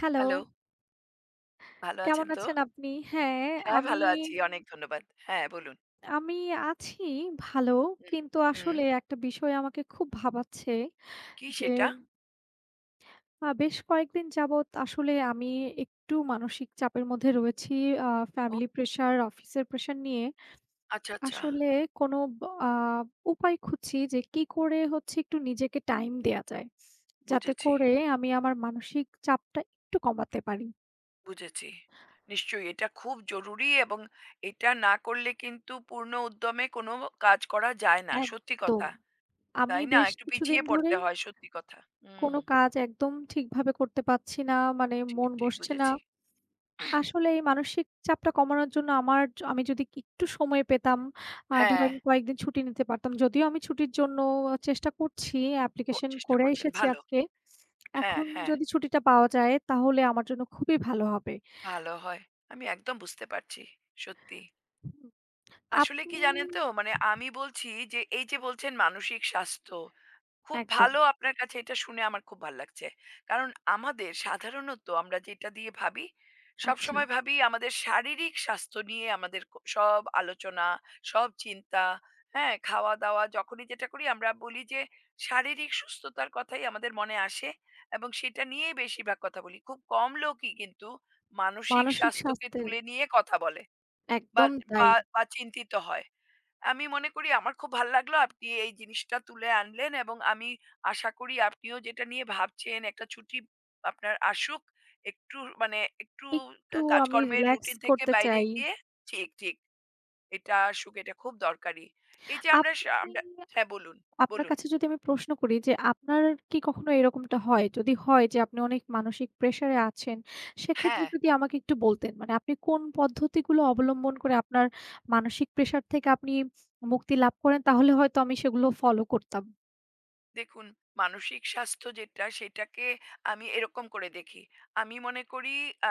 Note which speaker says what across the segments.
Speaker 1: Hello,
Speaker 2: hello, ভালো
Speaker 1: কেমন
Speaker 2: আছেন তো?
Speaker 1: আছেন আপনি? হ্যাঁ,
Speaker 2: হ্যাঁ,
Speaker 1: আমি
Speaker 2: ভালো আছি। অনেক ধন্যবাদ। হ্যাঁ, বলুন।
Speaker 1: আমি আছি ভালো।
Speaker 2: হুম,
Speaker 1: কিন্তু
Speaker 2: হুম।
Speaker 1: আসলে একটা বিষয় আমাকে খুব ভাবাচ্ছে
Speaker 2: কি
Speaker 1: যে
Speaker 2: সেটা?
Speaker 1: বেশ কয়েকদিন যাবৎ আসলে আমি একটু মানসিক চাপের মধ্যে রয়েছি। আ
Speaker 2: ও
Speaker 1: ফ্যামিলি প্রেশার, অফিসের প্রেশার নিয়ে।
Speaker 2: আচ্ছা, আচ্ছা।
Speaker 1: আসলে কোনো ব আ উপায় খুঁজছি যে কি করে হচ্ছে একটু নিজেকে টাইম দেয়া যায়। যাতে
Speaker 2: বুঝেছি,
Speaker 1: করে আমি আমার মানসিক চাপটা একটু কমাতে পারি।
Speaker 2: বুঝেছি। নিশ্চয়ই এটা খুব জরুরি এবং এটা না করলে কিন্তু পূর্ণ উদ্যমে কোনো কাজ করা যায় না। সত্যি
Speaker 1: একদম।
Speaker 2: কথা।
Speaker 1: আমি
Speaker 2: তাই না?
Speaker 1: বেশ
Speaker 2: একটু
Speaker 1: কিছুদিন
Speaker 2: পিছিয়ে পড়তে
Speaker 1: ধরেই
Speaker 2: হয়, সত্যি কথা। হুম,
Speaker 1: কোনো কাজ একদম ঠিকভাবে করতে পারছি না। মানে
Speaker 2: ঠিক,
Speaker 1: মন
Speaker 2: ঠিক
Speaker 1: বসছে না।
Speaker 2: বুঝেছি।
Speaker 1: আসলে এই মানসিক চাপটা কমানোর জন্য আমার য আমি যদি একটু সময় পেতাম,
Speaker 2: হ্যাঁ,
Speaker 1: ধরেন কয়েকদিন ছুটি নিতে পারতাম। যদিও আমি ছুটির জন্য চেষ্টা করছি, অ্যাপ্লিকেশন
Speaker 2: চেষ্টা
Speaker 1: করে
Speaker 2: করছেন।
Speaker 1: এসেছি
Speaker 2: ভালো।
Speaker 1: আজকে।
Speaker 2: হ্যাঁ,
Speaker 1: এখন
Speaker 2: হ্যাঁ,
Speaker 1: যদি ছুটিটা পাওয়া যায় তাহলে আমার জন্য খুবই ভালো হবে।
Speaker 2: ভালো হয়। আমি একদম বুঝতে পারছি। সত্যি।
Speaker 1: হুম,
Speaker 2: আসলে কি
Speaker 1: আপনি।
Speaker 2: জানেন তো? মানে আমি বলছি যে, এই যে বলছেন মানসিক স্বাস্থ্য, খুব
Speaker 1: একদম।
Speaker 2: ভালো আপনার কাছে এটা শুনে আমার খুব ভাল লাগছে। কারণ আমাদের সাধারণত আমরা যেটা দিয়ে ভাবি,
Speaker 1: আচ্ছা,
Speaker 2: সবসময় ভাবি আমাদের শারীরিক স্বাস্থ্য নিয়ে আমাদের সব আলোচনা, সব চিন্তা, হ্যাঁ? খাওয়া-দাওয়া যখনই যেটা করি আমরা বলি যে, শারীরিক সুস্থতার কথাই আমাদের মনে আসে এবং সেটা নিয়েই বেশিরভাগ কথা বলি। খুব কম লোকই কিন্তু মানসিক
Speaker 1: মানসিক
Speaker 2: স্বাস্থ্যকে
Speaker 1: স্বাস্থ্যের
Speaker 2: তুলে নিয়ে কথা বলে বা
Speaker 1: একদম তাই।
Speaker 2: বা বা চিন্তিত হয়। আমি মনে করি আমার খুব ভাল লাগলো আপনি এই জিনিসটা তুলে আনলেন এবং আমি আশা করি আপনিও যেটা নিয়ে ভাবছেন একটা ছুটি আপনার আসুক একটু মানে একটু
Speaker 1: একটু আমি
Speaker 2: কাজকর্মের
Speaker 1: রিল্যাক্স
Speaker 2: রুটিন থেকে
Speaker 1: করতে
Speaker 2: বাইরে
Speaker 1: চাই।
Speaker 2: গিয়ে ঠিক ঠিক এটা আসুক এটা খুব দরকারি এই যে আমরা
Speaker 1: আপনি
Speaker 2: আমরা হ্যাঁ বলুন
Speaker 1: আপনার
Speaker 2: বলুন
Speaker 1: কাছে যদি আমি প্রশ্ন করি যে আপনার কি কখনো এরকমটা হয়? যদি হয় যে আপনি অনেক মানসিক প্রেশারে আছেন, সেক্ষেত্রে
Speaker 2: হ্যাঁ
Speaker 1: যদি আমাকে একটু বলতেন। মানে আপনি কোন পদ্ধতিগুলো অবলম্বন করে আপনার মানসিক প্রেশার থেকে আপনি মুক্তি লাভ করেন তাহলে হয়তো আমি সেগুলো ফলো করতাম।
Speaker 2: দেখুন, মানসিক স্বাস্থ্য যেটা সেটাকে আমি এরকম করে দেখি। আমি মনে করি আ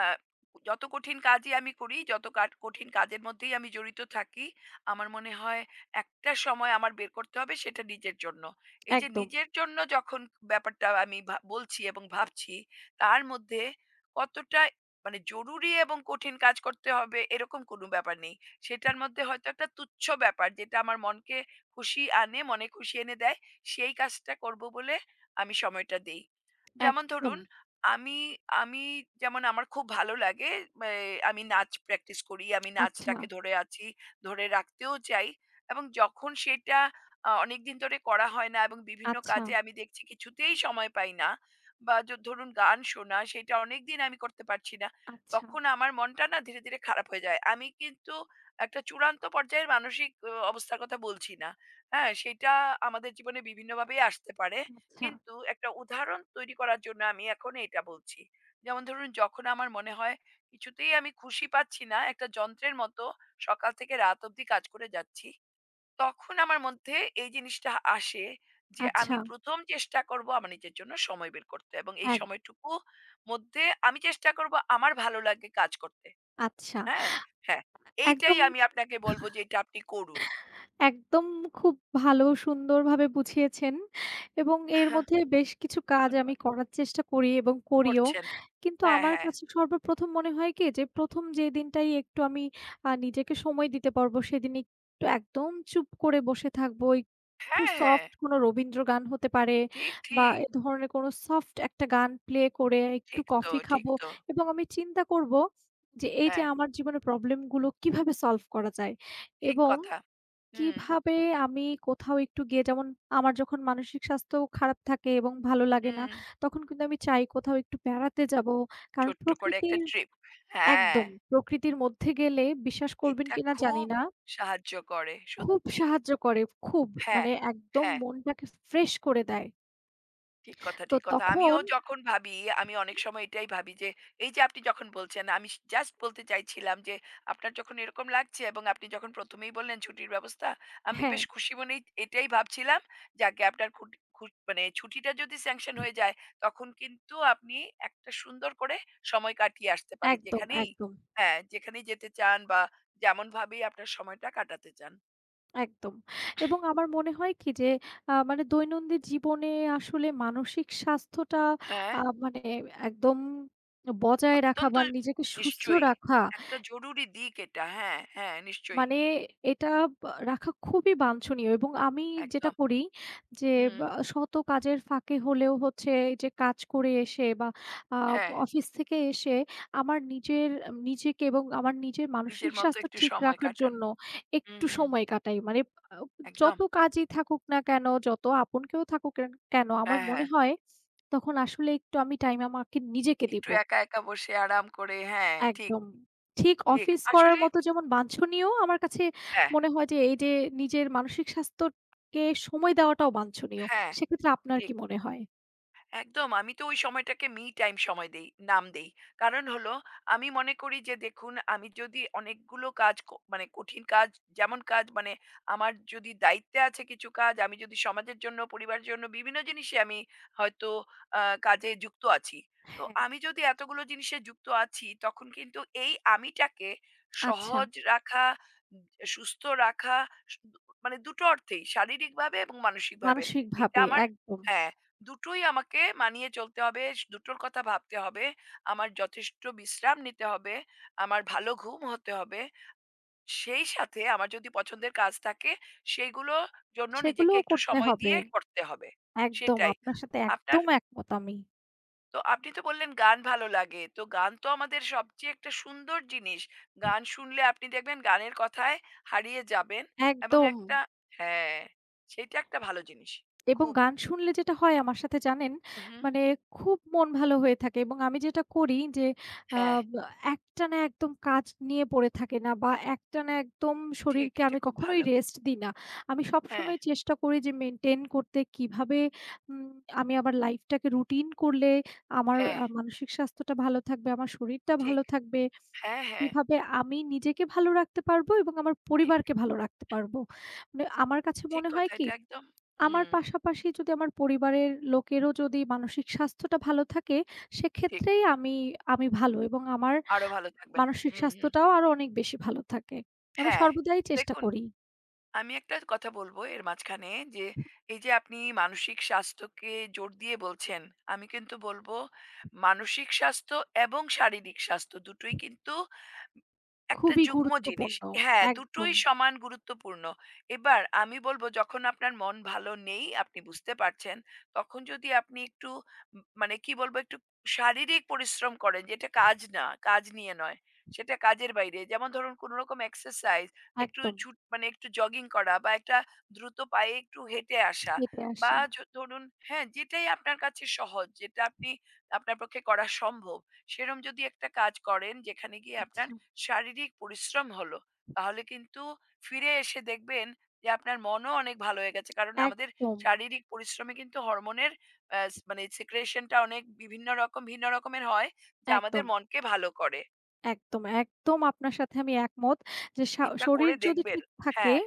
Speaker 2: যত কঠিন কাজই আমি করি, যত কঠিন কাজের মধ্যেই আমি জড়িত থাকি, আমার মনে হয় একটা সময় আমার বের করতে হবে সেটা নিজের জন্য। এই যে
Speaker 1: একদম,
Speaker 2: নিজের জন্য যখন ব্যাপারটা আমি বলছি এবং ভাবছি, তার মধ্যে কতটা মানে জরুরি এবং কঠিন কাজ করতে হবে এরকম কোনো ব্যাপার নেই। সেটার মধ্যে হয়তো একটা তুচ্ছ ব্যাপার যেটা আমার মনকে খুশি আনে, মনে খুশি এনে দেয়। সেই কাজটা করব বলে আমি সময়টা দেই। যেমন
Speaker 1: একদম।
Speaker 2: ধরুন আমি আমি যেমন আমার খুব ভালো লাগে এ আমি নাচ প্র্যাকটিস করি। আমি
Speaker 1: আচ্ছা,
Speaker 2: নাচটাকে ধরে আছি, ধরে রাখতেও চাই এবং যখন সেটা অনেকদিন ধরে করা হয় না এবং বিভিন্ন
Speaker 1: আচ্ছা,
Speaker 2: কাজে আমি দেখছি কিছুতেই সময় পাই না বা ধরুন গান শোনা সেটা অনেকদিন আমি করতে পারছি না।
Speaker 1: আচ্ছা,
Speaker 2: তখন আমার মনটা না ধীরে, ধীরে খারাপ হয়ে যায়। আমি কিন্তু একটা চূড়ান্ত পর্যায়ের মানসিক অবস্থার কথা বলছি না। হ্যাঁ, সেইটা আমাদের জীবনে বিভিন্নভাবেই আসতে পারে।
Speaker 1: আচ্ছা,
Speaker 2: কিন্তু একটা উদাহরণ তৈরি করার জন্য আমি এখন এটা বলছি। যেমন ধরুন যখন আমার মনে হয় কিছুতেই আমি খুশি পাচ্ছি না, একটা যন্ত্রের মতো সকাল থেকে রাত অবধি কাজ করে যাচ্ছি। তখন আমার মধ্যে এই জিনিসটা আসে যে
Speaker 1: আচ্ছা,
Speaker 2: আমি ১ম চেষ্টা করব আমার নিজের জন্য সময় বের করতে এবং এই
Speaker 1: এক
Speaker 2: সময়টুকু মধ্যে আমি চেষ্টা করব আমার ভালো লাগে কাজ করতে।
Speaker 1: আচ্ছা।
Speaker 2: হ্যাঁ? হ্যাঁ, এইটাই
Speaker 1: একদম,
Speaker 2: আমি আপনাকে বলব যে এটা আপনি করুন।
Speaker 1: একদম। খুব ভালো সুন্দরভাবে বুঝিয়েছেন এবং এর মধ্যে বেশ কিছু কাজ আমি
Speaker 2: ধন্যবাদ।
Speaker 1: করার চেষ্টা করি এবং করিও।
Speaker 2: করছেন।
Speaker 1: কিন্তু
Speaker 2: হ্যাঁ,
Speaker 1: আমার
Speaker 2: হ্যাঁ।
Speaker 1: কাছে সর্বপ্রথম মনে হয় কি যে ১ম যে দিনটাই একটু আমি নিজেকে সময় দিতে পারবো সেদিন একটু একদম চুপ করে বসে থাকবো। একটু
Speaker 2: হ্যাঁ, হ্যাঁ।
Speaker 1: সফট কোনো রবীন্দ্র গান হতে পারে
Speaker 2: ঠিক,
Speaker 1: বা
Speaker 2: ঠিক।
Speaker 1: এ ধরনের কোনো সফট একটা গান প্লে করে একটু
Speaker 2: ঠিক তো,
Speaker 1: কফি
Speaker 2: ঠিক
Speaker 1: খাবো
Speaker 2: তো।
Speaker 1: এবং আমি চিন্তা করবো যে এই যে
Speaker 2: হ্যাঁ,
Speaker 1: আমার জীবনের প্রবলেমগুলো কিভাবে সলভ করা যায়
Speaker 2: ঠিক
Speaker 1: এবং
Speaker 2: কথা। হুম,
Speaker 1: কিভাবে আমি কোথাও একটু গিয়ে, যেমন আমার যখন মানসিক স্বাস্থ্য খারাপ থাকে এবং ভালো লাগে না,
Speaker 2: হুম।
Speaker 1: তখন কিন্তু আমি চাই কোথাও একটু বেড়াতে যাবো। কারণ
Speaker 2: ছোট্ট করে একটা
Speaker 1: প্রকৃতির,
Speaker 2: ট্রিপ। হ্যাঁ,
Speaker 1: একদম প্রকৃতির মধ্যে গেলে, বিশ্বাস করবেন
Speaker 2: এটা
Speaker 1: কিনা জানি
Speaker 2: খুব
Speaker 1: না।
Speaker 2: সাহায্য করে,
Speaker 1: খুব
Speaker 2: সত্যি।
Speaker 1: সাহায্য করে, খুব
Speaker 2: হ্যাঁ,
Speaker 1: মানে একদম
Speaker 2: হ্যাঁ।
Speaker 1: মনটাকে ফ্রেশ করে দেয়।
Speaker 2: ঠিক কথা,
Speaker 1: তো
Speaker 2: ঠিক কথা। আমিও
Speaker 1: তখন
Speaker 2: যখন ভাবি, আমি অনেক সময় এটাই ভাবি যে, এই যে আপনি যখন বলছেন, আমি জাস্ট বলতে চাইছিলাম যে, আপনার যখন এরকম লাগছে এবং আপনি যখন ১ম এই বললেন ছুটির ব্যবস্থা, আমি
Speaker 1: হ্যাঁ,
Speaker 2: বেশ খুশি মনেই এটাই ভাবছিলাম। যাকে আপনার খুট খুট মানে ছুটিটা যদি স্যাংশন হয়ে যায়, তখন কিন্তু আপনি একটা সুন্দর করে সময় কাটিয়ে আসতে পারেন।
Speaker 1: একদম,
Speaker 2: যেখানেই
Speaker 1: একদম।
Speaker 2: হ্যাঁ, যেখানেই যেতে চান বা যেমনভাবেই আপনার সময়টা কাটাতে চান।
Speaker 1: একদম। এবং আমার মনে হয় কি যে মানে দৈনন্দিন জীবনে আসলে মানসিক স্বাস্থ্যটা,
Speaker 2: হ্যাঁ।
Speaker 1: আ মানে একদম বজায় রাখা
Speaker 2: অত্যন্ত
Speaker 1: বা নিজেকে সুস্থ
Speaker 2: নিশ্চয়ই।
Speaker 1: রাখা,
Speaker 2: একটা জরুরি দিক এটা। হ্যাঁ, হ্যাঁ, নিশ্চয়ই।
Speaker 1: মানে এটা বা রাখা খুবই বাঞ্ছনীয়। এবং আমি যেটা
Speaker 2: একদম।
Speaker 1: করি যে,
Speaker 2: হুম,
Speaker 1: বা শত কাজের ফাঁকে হলেও হচ্ছে, এই যে কাজ করে এসে বা আ
Speaker 2: হ্যাঁ।
Speaker 1: অফিস থেকে এসে আমার নিজের, নিজেকে এবং আমার নিজের মানসিক
Speaker 2: নিজের মতো
Speaker 1: স্বাস্থ্য
Speaker 2: একটু
Speaker 1: ঠিক
Speaker 2: সময়
Speaker 1: রাখার
Speaker 2: কাটান।
Speaker 1: জন্য
Speaker 2: হুম,
Speaker 1: একটু
Speaker 2: হুম।
Speaker 1: সময় কাটাই। মানে আ যত
Speaker 2: একদম।
Speaker 1: কাজই থাকুক না কেন, যত আপন কেউ থাকুক না কেন, আমার
Speaker 2: হ্যাঁ,
Speaker 1: মনে
Speaker 2: হ্যাঁ।
Speaker 1: হয় তখন আসলে একটু আমি টাইম আমাকে নিজেকে
Speaker 2: একটু
Speaker 1: দিব।
Speaker 2: একা, একা বসে আরাম করে হ্যাঁ, ঠিক,
Speaker 1: একদম। ঠিক
Speaker 2: ঠিক।
Speaker 1: অফিস করার
Speaker 2: আসলে
Speaker 1: মতো যেমন বাঞ্ছনীয়, আমার কাছে
Speaker 2: হ্যাঁ,
Speaker 1: মনে হয় যে এই যে নিজের মানসিক স্বাস্থ্যকে সময় দেওয়াটাও বাঞ্ছনীয়।
Speaker 2: হ্যাঁ,
Speaker 1: সেক্ষেত্রে আপনার
Speaker 2: ঠিক।
Speaker 1: কি মনে হয়?
Speaker 2: একদম। আমি তো ওই সময়টাকে মি টাইম সময় দেই, নাম দেই। কারণ হলো আমি মনে করি যে দেখুন আমি যদি অনেকগুলো কাজ মানে কঠিন কাজ যেমন কাজ মানে আমার যদি দায়িত্বে আছে কিছু কাজ, আমি যদি সমাজের জন্য, পরিবারের জন্য বিভিন্ন জিনিসে আমি হয়তো আ কাজে যুক্ত আছি। তো
Speaker 1: হ্যাঁ,
Speaker 2: আমি যদি এতগুলো জিনিসে যুক্ত আছি তখন কিন্তু এই আমিটাকে
Speaker 1: আচ্ছা।
Speaker 2: সহজ রাখা, উম সুস্থ রাখা সু মানে দুটো অর্থেই শারীরিকভাবে এবং মানসিকভাবে। এটা
Speaker 1: মানসিকভাবে
Speaker 2: আমার
Speaker 1: একদম।
Speaker 2: হ্যাঁ। দুটোই আমাকে মানিয়ে চলতে হবে। দুটোর কথা ভাবতে হবে। আমার যথেষ্ট বিশ্রাম নিতে হবে। আমার ভালো ঘুম হতে হবে। সেই সাথে আমার যদি পছন্দের কাজ থাকে সেইগুলোর জন্য নিজেকে
Speaker 1: সেগুলোও
Speaker 2: একটু
Speaker 1: করতে
Speaker 2: সময়
Speaker 1: হবে।
Speaker 2: দিয়ে করতে হবে।
Speaker 1: একদম,
Speaker 2: সেটাই।
Speaker 1: আপনার সাথে
Speaker 2: আপনার
Speaker 1: একদম একমত আমি।
Speaker 2: তো আপনি তো বললেন গান ভালো লাগে। তো গান তো আমাদের সবচেয়ে একটা সুন্দর জিনিস। গান শুনলে আপনি দেখবেন গানের কথায় হারিয়ে যাবেন এবং
Speaker 1: একদম।
Speaker 2: একটা হ্যাঁ, সেইটা একটা ভালো জিনিস।
Speaker 1: এবং
Speaker 2: খুব
Speaker 1: গান শুনলে যেটা হয় আমার সাথে, জানেন,
Speaker 2: হুম।
Speaker 1: মানে খুব মন ভালো হয়ে থাকে। এবং আমি যেটা করি যে, আ
Speaker 2: হ্যাঁ,
Speaker 1: বা একটানা একদম কাজ নিয়ে পড়ে থাকি না, বা একটানা একদম
Speaker 2: ঠিক।
Speaker 1: শরীরকে
Speaker 2: এটা
Speaker 1: আমি
Speaker 2: খুব
Speaker 1: কখনোই
Speaker 2: ভালো।
Speaker 1: রেস্ট দিই না। আমি
Speaker 2: হ্যাঁ,
Speaker 1: সবসময় চেষ্টা করি যে মেইনটেইন করতে, কিভাবে উম আমি আমার লাইফটাকে রুটিন করলে আমার
Speaker 2: হ্যাঁ,
Speaker 1: মানসিক স্বাস্থ্যটা ভালো থাকবে, আমার শরীরটা ভালো
Speaker 2: ঠিক।
Speaker 1: থাকবে।
Speaker 2: হ্যাঁ, হ্যাঁ,
Speaker 1: কিভাবে আমি নিজেকে ভালো রাখতে পারবো এবং আমার
Speaker 2: ঠিক,
Speaker 1: পরিবারকে ভালো রাখতে পারবো। মানে আমার কাছে
Speaker 2: ঠিক
Speaker 1: মনে হয়
Speaker 2: কথা।
Speaker 1: কি,
Speaker 2: এটা একদম
Speaker 1: আমার
Speaker 2: হুম,
Speaker 1: পাশাপাশি যদি আমার পরিবারের লোকেরও যদি মানসিক স্বাস্থ্যটা ভালো থাকে,
Speaker 2: ঠিক।
Speaker 1: সেক্ষেত্রেই আমি আমি ভালো, এবং আমার
Speaker 2: আরো ভালো থাকবেন।
Speaker 1: মানসিক
Speaker 2: হুম, হুম।
Speaker 1: স্বাস্থ্যটাও আরো অনেক বেশি ভালো থাকে। আমি
Speaker 2: হ্যাঁ,
Speaker 1: সর্বদাই চেষ্টা
Speaker 2: দেখুন
Speaker 1: করি।
Speaker 2: আমি একটা কথা বলবো এর মাঝখানে যে, এই যে আপনি মানসিক স্বাস্থ্যকে জোর দিয়ে বলছেন, আমি কিন্তু বলব মানসিক স্বাস্থ্য এবং শারীরিক স্বাস্থ্য দুটোই কিন্তু একটা
Speaker 1: খুবই
Speaker 2: যুগ্ম জিনিস।
Speaker 1: গুরুত্বপূর্ণ।
Speaker 2: হ্যাঁ,
Speaker 1: একদম,
Speaker 2: দুটোই সমান গুরুত্বপূর্ণ। এবার আমি বলব যখন আপনার মন ভালো নেই, আপনি বুঝতে পারছেন, তখন যদি আপনি একটু মানে কি বলবো একটু শারীরিক পরিশ্রম করেন যেটা কাজ না, কাজ নিয়ে নয়। সেটা কাজের বাইরে। যেমন ধরুন কোন রকম এক্সারসাইজ, একটু
Speaker 1: একদম।
Speaker 2: মানে একটু জগিং করা বা একটা দ্রুত পায়ে একটু হেঁটে আসা
Speaker 1: হেঁটে
Speaker 2: বা
Speaker 1: আসা।
Speaker 2: ধরুন হ্যাঁ, যেটাই আপনার কাছে সহজ, যেটা আপনি আপনার পক্ষে করা সম্ভব, সেরম যদি একটা কাজ করেন যেখানে গিয়ে
Speaker 1: আচ্ছা।
Speaker 2: আপনার শারীরিক পরিশ্রম হলো, তাহলে কিন্তু ফিরে এসে দেখবেন যে আপনার মনও অনেক ভালো হয়ে গেছে। কারণ আমাদের
Speaker 1: একদম,
Speaker 2: শারীরিক পরিশ্রমে কিন্তু হরমোনের আ মানে secretion টা অনেক বিভিন্ন রকম ভিন্ন রকমের হয় যা আমাদের
Speaker 1: একদম।
Speaker 2: মনকে ভালো করে।
Speaker 1: একদম, একদম আপনার সাথে আমি একমত যে
Speaker 2: এটা
Speaker 1: শরীর
Speaker 2: করে
Speaker 1: যদি
Speaker 2: দেখবেন।
Speaker 1: ঠিক থাকে
Speaker 2: হ্যাঁ,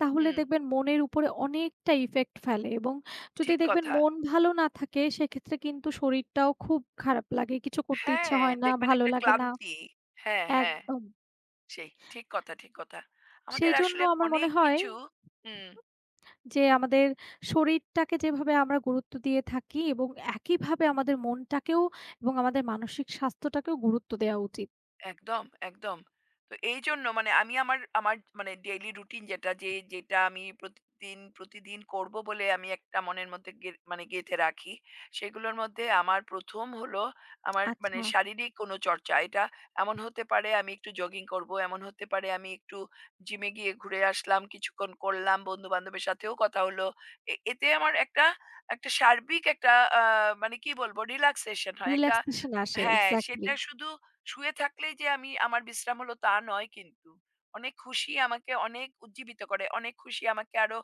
Speaker 1: তাহলে
Speaker 2: হুম,
Speaker 1: দেখবেন মনের উপরে অনেকটা ইফেক্ট ফেলে। এবং যদি
Speaker 2: ঠিক
Speaker 1: দেখবেন
Speaker 2: কথা।
Speaker 1: মন ভালো না থাকে সেক্ষেত্রে কিন্তু শরীরটাও খুব খারাপ লাগে। কিছু করতে ইচ্ছা
Speaker 2: হ্যাঁ,
Speaker 1: হয় না,
Speaker 2: দেখবেন
Speaker 1: ভালো
Speaker 2: একটা
Speaker 1: লাগে না।
Speaker 2: ক্লান্তি। হ্যাঁ, হ্যাঁ।
Speaker 1: একদম।
Speaker 2: সেই ঠিক কথা, ঠিক কথা। আমাদের
Speaker 1: সেইজন্য
Speaker 2: আসলে
Speaker 1: আমার মনে
Speaker 2: অনেক
Speaker 1: হয়
Speaker 2: কিছু হুম।
Speaker 1: যে আমাদের শরীরটাকে যেভাবে আমরা গুরুত্ব দিয়ে থাকি, এবং একইভাবে আমাদের মনটাকেও এবং আমাদের মানসিক স্বাস্থ্যটাকেও গুরুত্ব দেওয়া উচিত।
Speaker 2: একদম, একদম। তো এইজন্য মানে আমি আমার আমার মানে ডেইলি রুটিন যেটা যেটা আমি প্রতিদিন, প্রতিদিন করব বলে আমি একটা মনের মধ্যে মানে গেঁথে রাখি। সেগুলোর মধ্যে আমার ১ম হলো আমার মানে
Speaker 1: আচ্ছা,
Speaker 2: শারীরিক কোনো চর্চা। এটা এমন হতে পারে আমি একটু জগিং করব, এমন হতে পারে আমি একটু জিমে গিয়ে ঘুরে আসলাম, কিছুক্ষণ করলাম, বন্ধু-বান্ধবের সাথেও কথা হলো। এতে আমার একটা, একটা সার্বিক একটা আ মানে কি বলবো রিল্যাক্সেশন হয়। একটা
Speaker 1: রিল্যাক্সেশন আসে,
Speaker 2: হ্যাঁ,
Speaker 1: এক্সাক্টলি।
Speaker 2: সেটা শুধু শুয়ে থাকলেই যে আমি আমার বিশ্রাম হলো তা নয় কিন্তু। অনেক খুশি আমাকে অনেক উজ্জীবিত করে। অনেক খুশি আমাকে আরো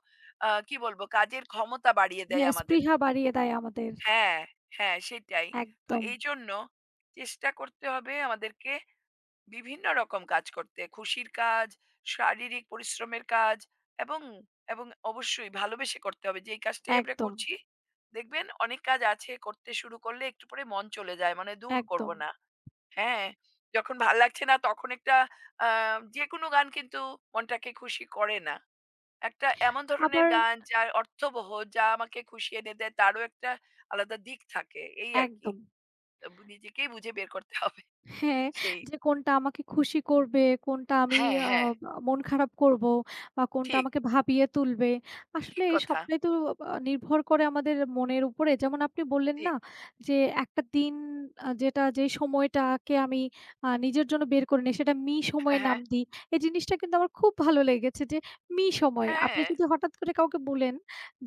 Speaker 2: কি বলবো কাজের ক্ষমতা বাড়িয়ে দেয়
Speaker 1: হ্যাঁ,
Speaker 2: আমাদের।
Speaker 1: স্পৃহা বাড়িয়ে দেয় আমাদের।
Speaker 2: হ্যাঁ, হ্যাঁ সেটাই। তো
Speaker 1: একদম,
Speaker 2: এইজন্য চেষ্টা করতে হবে আমাদেরকে বিভিন্ন রকম কাজ করতে। খুশির কাজ, শারীরিক পরিশ্রমের কাজ এবং, এবং অবশ্যই ভালোবেসে করতে হবে। যেই কাজটাই আমরা
Speaker 1: একদম,
Speaker 2: করছি দেখবেন অনেক কাজ আছে করতে শুরু করলে একটু পরে মন চলে যায়। মানে দূর করব
Speaker 1: একদম।
Speaker 2: না। হ্যাঁ, যখন ভাল লাগছে না তখন একটা আ যেকোনো গান কিন্তু মনটাকে খুশি করে না। একটা এমন ধরনের
Speaker 1: আবার
Speaker 2: গান যার অর্থবহ, যা আমাকে খুশি এনে দেয় তারও একটা আলাদা দিক থাকে। এই আরকি।
Speaker 1: একদম।
Speaker 2: আ বু নিজেকেই বুঝে বের করতে হবে।
Speaker 1: হ্যাঁ,
Speaker 2: সেই
Speaker 1: যে কোনটা আমাকে খুশি করবে, কোনটা আমি
Speaker 2: হ্যাঁ,
Speaker 1: আ
Speaker 2: হ্যাঁ।
Speaker 1: মন খারাপ করব, বা কোনটা
Speaker 2: ঠিক,
Speaker 1: আমাকে ভাবিয়ে তুলবে। আসলে
Speaker 2: ঠিক
Speaker 1: এই
Speaker 2: কথা।
Speaker 1: সবটাই তো নির্ভর করে আমাদের মনের উপরে। যেমন আপনি বললেন না
Speaker 2: ঠিক।
Speaker 1: যে একটা দিন, যেটা যে সময়টাকে আমি নিজের জন্য বের করে নিই সেটা মি সময়ে
Speaker 2: হ্যাঁ,
Speaker 1: নাম
Speaker 2: হ্যাঁ।
Speaker 1: দিই। এই জিনিসটা কিন্তু আমার খুব ভালো লেগেছে যে মি সময়। আপনি
Speaker 2: হ্যাঁ,
Speaker 1: যদি হঠাৎ করে কাউকে বলেন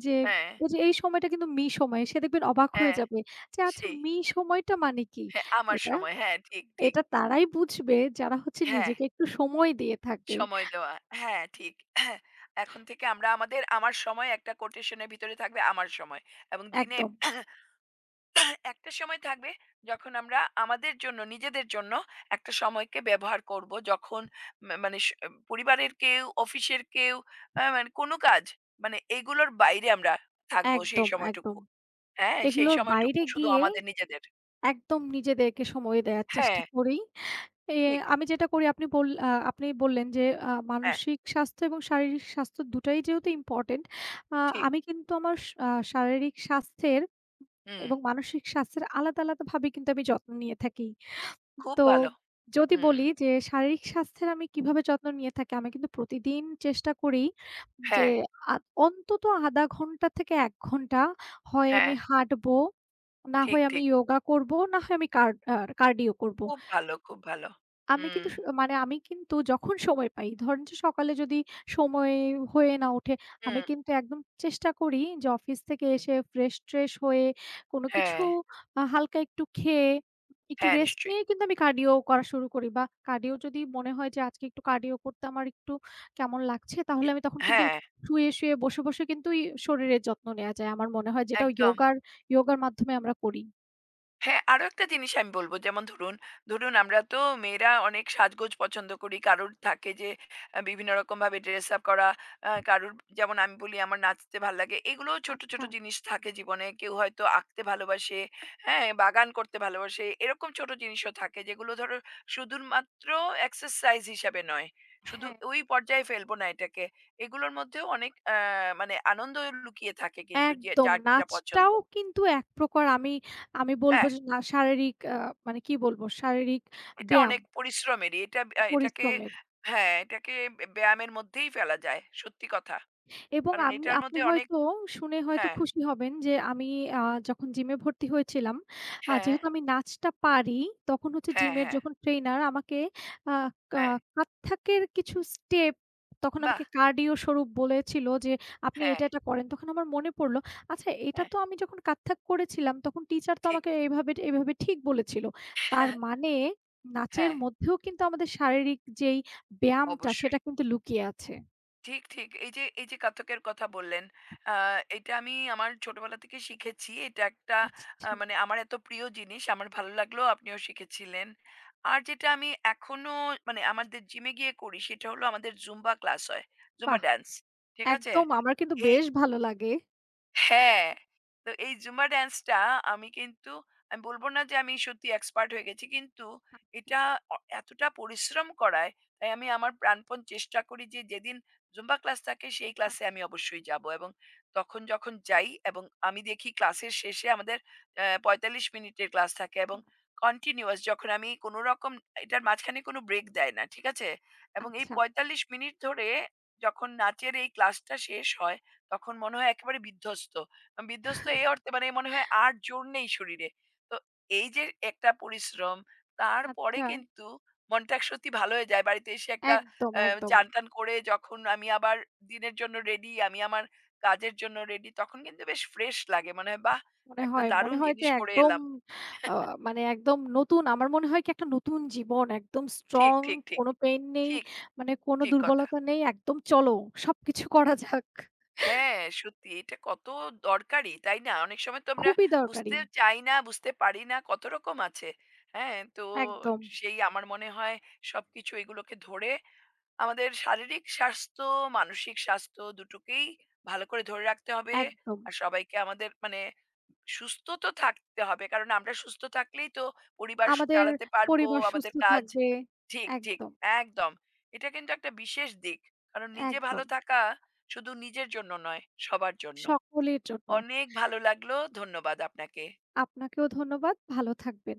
Speaker 1: যে,
Speaker 2: হ্যাঁ,
Speaker 1: ওই যে এই সময়টা কিন্তু মি সময়, সে দেখবেন অবাক হয়ে
Speaker 2: হ্যাঁ।
Speaker 1: যাবে যে আচ্ছা
Speaker 2: সেই।
Speaker 1: মি সময়টা মানে কি?
Speaker 2: হ্যাঁ, আমার
Speaker 1: এটা
Speaker 2: সময়। হ্যাঁ, ঠিক, ঠিক।
Speaker 1: এটা তারাই বুঝবে যারা হচ্ছে
Speaker 2: হ্যাঁ।
Speaker 1: নিজেকে একটু সময় দিয়ে থাকে।
Speaker 2: সময় দেওয়া। হ্যাঁ, ঠিক। হ্যাঁ, এখন থেকে আমরা আমার সময় একটা কোটেশনের ভিতরে থাকবে আমার সময়। এবং দিনে
Speaker 1: একদম,
Speaker 2: একটা সময় থাকবে যখন আমরা আমাদের জন্য, নিজেদের জন্য একটা সময়কে ব্যবহার করব। যখন মানে পরিবারের কেউ, অফিসের কেউ মানে কোনো কাজ মানে এগুলোর বাইরে আমরা থাকবো সেই
Speaker 1: একদম, একদম।
Speaker 2: সময়টুকু। হ্যাঁ, সেই
Speaker 1: এগুলোর
Speaker 2: সময়টুকু
Speaker 1: বাইরে
Speaker 2: শুধু
Speaker 1: গিয়ে
Speaker 2: আমাদের নিজেদের।
Speaker 1: একদম নিজেদেরকে সময় দেয়ার
Speaker 2: হ্যাঁ,
Speaker 1: চেষ্টা করি। এ
Speaker 2: ঠিক।
Speaker 1: আমি যেটা করি, আপনি বল আ আপনি বললেন যে
Speaker 2: হ্যাঁ,
Speaker 1: মানসিক স্বাস্থ্য এবং শারীরিক স্বাস্থ্য দুটাই যেহেতু ইম্পোর্টেন্ট, আ
Speaker 2: ঠিক।
Speaker 1: আমি কিন্তু আমার স আ শারীরিক স্বাস্থ্যের
Speaker 2: হুম,
Speaker 1: এবং মানসিক স্বাস্থ্যের আলাদা, আলাদাভাবে কিন্তু আমি যত্ন নিয়ে থাকি।
Speaker 2: খুব
Speaker 1: তো
Speaker 2: ভালো।
Speaker 1: যদি
Speaker 2: হুম।
Speaker 1: বলি যে শারীরিক স্বাস্থ্যের আমি কিভাবে যত্ন নিয়ে থাকি, আমি কিন্তু প্রতিদিন চেষ্টা করি যে
Speaker 2: হ্যাঁ,
Speaker 1: আ অন্তত ০.৫ ঘন্টা থেকে ১ ঘন্টা হয় আমি
Speaker 2: হ্যাঁ।
Speaker 1: হাঁটবো, না
Speaker 2: ঠিক,
Speaker 1: হয় আমি
Speaker 2: ঠিক।
Speaker 1: যোগা করব, না হয় আমি কার্ডিও করব।
Speaker 2: খুব ভালো, খুব ভালো।
Speaker 1: আমি
Speaker 2: হুম,
Speaker 1: কিন্তু মানে আমি কিন্তু যখন সময় পাই, ধরেন যে সকালে যদি সময় হয়ে না ওঠে, আমি
Speaker 2: হুম,
Speaker 1: কিন্তু একদম চেষ্টা করি যে অফিস থেকে
Speaker 2: হুম।
Speaker 1: এসে ফ্রেশ-ট্রেশ হয়ে কোনো কিছু
Speaker 2: হ্যাঁ,
Speaker 1: হালকা একটু খেয়ে, একটু
Speaker 2: হ্যাঁ
Speaker 1: রেস্ট
Speaker 2: নিশ্চয়ই।
Speaker 1: নিয়ে কিন্তু আমি কার্ডিও করা শুরু করি, বা কার্ডিও যদি মনে হয় যে আজকে একটু কার্ডিও করতে আমার একটু কেমন লাগছে, তাহলে
Speaker 2: এ
Speaker 1: আমি তখন কিন্তু
Speaker 2: হ্যাঁ,
Speaker 1: শুয়ে, শুয়ে বসে, বসে কিন্তু শরীরের যত্ন নেয়া যায়। আমার মনে হয় যেটা
Speaker 2: একদম।
Speaker 1: ইয়োগার ইয়োগার মাধ্যমে আমরা করি।
Speaker 2: হ্যাঁ, আরো একটা জিনিস আমি বলব যেমন ধরুন, ধরুন আমরা তো মেয়েরা অনেক সাজগোজ পছন্দ করি। কারোর থাকে যে বিভিন্ন রকমভাবে ড্রেস আপ করা। কারোর যেমন আমি বলি আমার নাচতে ভাল লাগে। এগুলোও ছোট, ছোট
Speaker 1: আচ্ছা।
Speaker 2: জিনিস থাকে জীবনে। কেউ হয়তো আঁকতে ভালোবাসে, হ্যাঁ? বাগান করতে ভালোবাসে। এরকম ছোট জিনিসও থাকে যেগুলো ধরো শুধুমাত্র এক্সারসাইজ হিসাবে নয়। শুধু
Speaker 1: হ্যাঁ।
Speaker 2: ওই পর্যায়ে ফেলবো না এটাকে। এগুলোর মধ্যেও অনেক মানে আনন্দ লুকিয়ে থাকে কিন্তু যে
Speaker 1: একদম।
Speaker 2: যার যেটা পছন্দ।
Speaker 1: নাচটাও কিন্তু এক প্রকার আমি, আমি বলব
Speaker 2: হ্যাঁ।
Speaker 1: যে না শারীরিক, মানে কি বলব? শারীরিক
Speaker 2: এটা
Speaker 1: ব্যায়াম,
Speaker 2: অনেক পরিশ্রমেরই। এটা এটাকে
Speaker 1: পরিশ্রমের।
Speaker 2: হ্যাঁ, এটাকে ব্যায়ামের মধ্যেই ফেলা যায়। সত্যি কথা।
Speaker 1: এবং
Speaker 2: কারণ
Speaker 1: আমি,
Speaker 2: এটার
Speaker 1: আপনি
Speaker 2: মধ্যে অনেক
Speaker 1: হয়তো শুনে হয়তো
Speaker 2: হ্যাঁ,
Speaker 1: খুশি হবেন যে আমি আ যখন জিমে ভর্তি হয়েছিলাম,
Speaker 2: হ্যাঁ,
Speaker 1: যেহেতু আমি নাচটা পারি, তখন হচ্ছে
Speaker 2: হ্যাঁ,
Speaker 1: জিমের
Speaker 2: হ্যাঁ,
Speaker 1: যখন ট্রেইনার আমাকে আ কা
Speaker 2: হ্যাঁ।
Speaker 1: কত্থকের কিছু স্টেপ তখন
Speaker 2: বাহ!
Speaker 1: আমাকে কার্ডিও স্বরূপ বলেছিল যে, "আপনি
Speaker 2: হ্যাঁ,
Speaker 1: এটা, এটা করেন।" তখন আমার মনে পড়ল, আচ্ছা এটা
Speaker 2: হ্যাঁ,
Speaker 1: তো আমি যখন কত্থক করেছিলাম তখন টিচার তো
Speaker 2: ঠিক।
Speaker 1: আমাকে এভাবে, এভাবে ঠিক বলেছিল। তার মানে নাচের
Speaker 2: হ্যাঁ,
Speaker 1: মধ্যেও কিন্তু আমাদের শারীরিক যেই ব্যায়ামটা সেটা
Speaker 2: অবশ্যই।
Speaker 1: কিন্তু লুকিয়ে আছে।
Speaker 2: ঠিক, ঠিক। এই যে কাতকের কথা বললেন, আ এটা আমি আমার ছোটবেলা থেকে শিখেছি। এটা একটা
Speaker 1: আচ্ছা,
Speaker 2: মানে আমার এত প্রিয় জিনিস, আমার ভালো লাগলো আপনিও শিখেছিলেন। আর যেটা আমি এখনো মানে আমাদের জিমে গিয়ে করি, সেটা হলো আমাদের জুম্বা ক্লাস হয়, জুম্বা
Speaker 1: বাহ!
Speaker 2: ড্যান্স। ঠিক আছে?
Speaker 1: একদম, আমার কিন্তু
Speaker 2: এই
Speaker 1: বেশ ভালো লাগে।
Speaker 2: হ্যাঁ, তো এই জুম্বা ড্যান্সটা আমি কিন্তু আমি বলব না যে আমি সত্যি এক্সপার্ট হয়ে গেছি। কিন্তু এটা এতটা পরিশ্রম করায়, তাই আমি আমার প্রাণপণ চেষ্টা করি যে যেদিন জুম্বা ক্লাস থাকে সেই ক্লাসে
Speaker 1: আচ্ছা,
Speaker 2: আমি অবশ্যই যাব এবং তখন যখন যাই এবং আমি দেখি ক্লাসের শেষে আমাদের ৪৫ মিনিটের ক্লাস থাকে এবং কন্টিনিউয়াস যখন আমি কোনো রকম এটার মাঝখানে কোনো ব্রেক দেয় না। ঠিক আছে? এবং এই
Speaker 1: আচ্ছা,
Speaker 2: ৪৫ মিনিট ধরে যখন নাচের এই ক্লাসটা শেষ হয় তখন মনে হয় একেবারে বিধ্বস্ত। বিধ্বস্ত এই অর্থে মানে মনে হয় আর জোর নেই শরীরে। তো এই যে একটা পরিশ্রম, তারপরে
Speaker 1: আচ্ছা, আচ্ছা।
Speaker 2: কিন্তু মনটা সত্যি ভালো হয়ে যায়। বাড়িতে এসে একটা
Speaker 1: একদম,
Speaker 2: অ্যা
Speaker 1: একদম।
Speaker 2: চান-টান করে যখন আমি আবার দিনের জন্য রেডি, আমি আমার কাজের জন্য রেডি, তখন কিন্তু বেশ ফ্রেশ লাগে। মনে হয় বাহ!
Speaker 1: মনে
Speaker 2: একটা
Speaker 1: হয় মনে
Speaker 2: দারুণ
Speaker 1: হয় যে
Speaker 2: জিনিস করে
Speaker 1: একদম,
Speaker 2: এলাম।
Speaker 1: আ মানে একদম নতুন, আমার মনে হয় কি একটা নতুন জীবন, একদম
Speaker 2: ঠিক,
Speaker 1: স্ট্রং,
Speaker 2: ঠিক, ঠিক,
Speaker 1: কোনো পেইন নেই,
Speaker 2: ঠিক,
Speaker 1: মানে কোনো
Speaker 2: ঠিক কথা।
Speaker 1: দুর্বলতা নেই। একদম চলো সবকিছু করা যাক।
Speaker 2: হ্যাঁ, সত্যি এটা কত দরকারি, তাই না? অনেক সময় তো আমরা
Speaker 1: খুবই দরকারি।
Speaker 2: বুঝতে চাই না, বুঝতে পারি না, কত রকম আছে। হ্যাঁ, তো
Speaker 1: একদম,
Speaker 2: সেই আমার মনে হয় সবকিছু এগুলোকে ধরে আমাদের শারীরিক স্বাস্থ্য, মানসিক স্বাস্থ্য দুটোকেই ভালো করে ধরে রাখতে হবে।
Speaker 1: একদম।
Speaker 2: আর সবাইকে আমাদের মানে সুস্থ তো থাকতে হবে। কারণ আমরা সুস্থ থাকলেই তো পরিবার
Speaker 1: আমাদের
Speaker 2: চালাতে পারবো,
Speaker 1: পরিবার সুস্থ
Speaker 2: আমাদের কাজ
Speaker 1: থাকবে।
Speaker 2: ঠিক, ঠিক
Speaker 1: একদম,
Speaker 2: একদম। এটা কিন্তু একটা বিশেষ দিক। কারণ নিজে ভালো
Speaker 1: একদম।
Speaker 2: থাকা শুধু নিজের জন্য নয়, সবার জন্য।
Speaker 1: সকলের জন্য।
Speaker 2: অনেক ভালো লাগলো। ধন্যবাদ আপনাকে।
Speaker 1: আপনাকেও ধন্যবাদ। ভালো থাকবেন।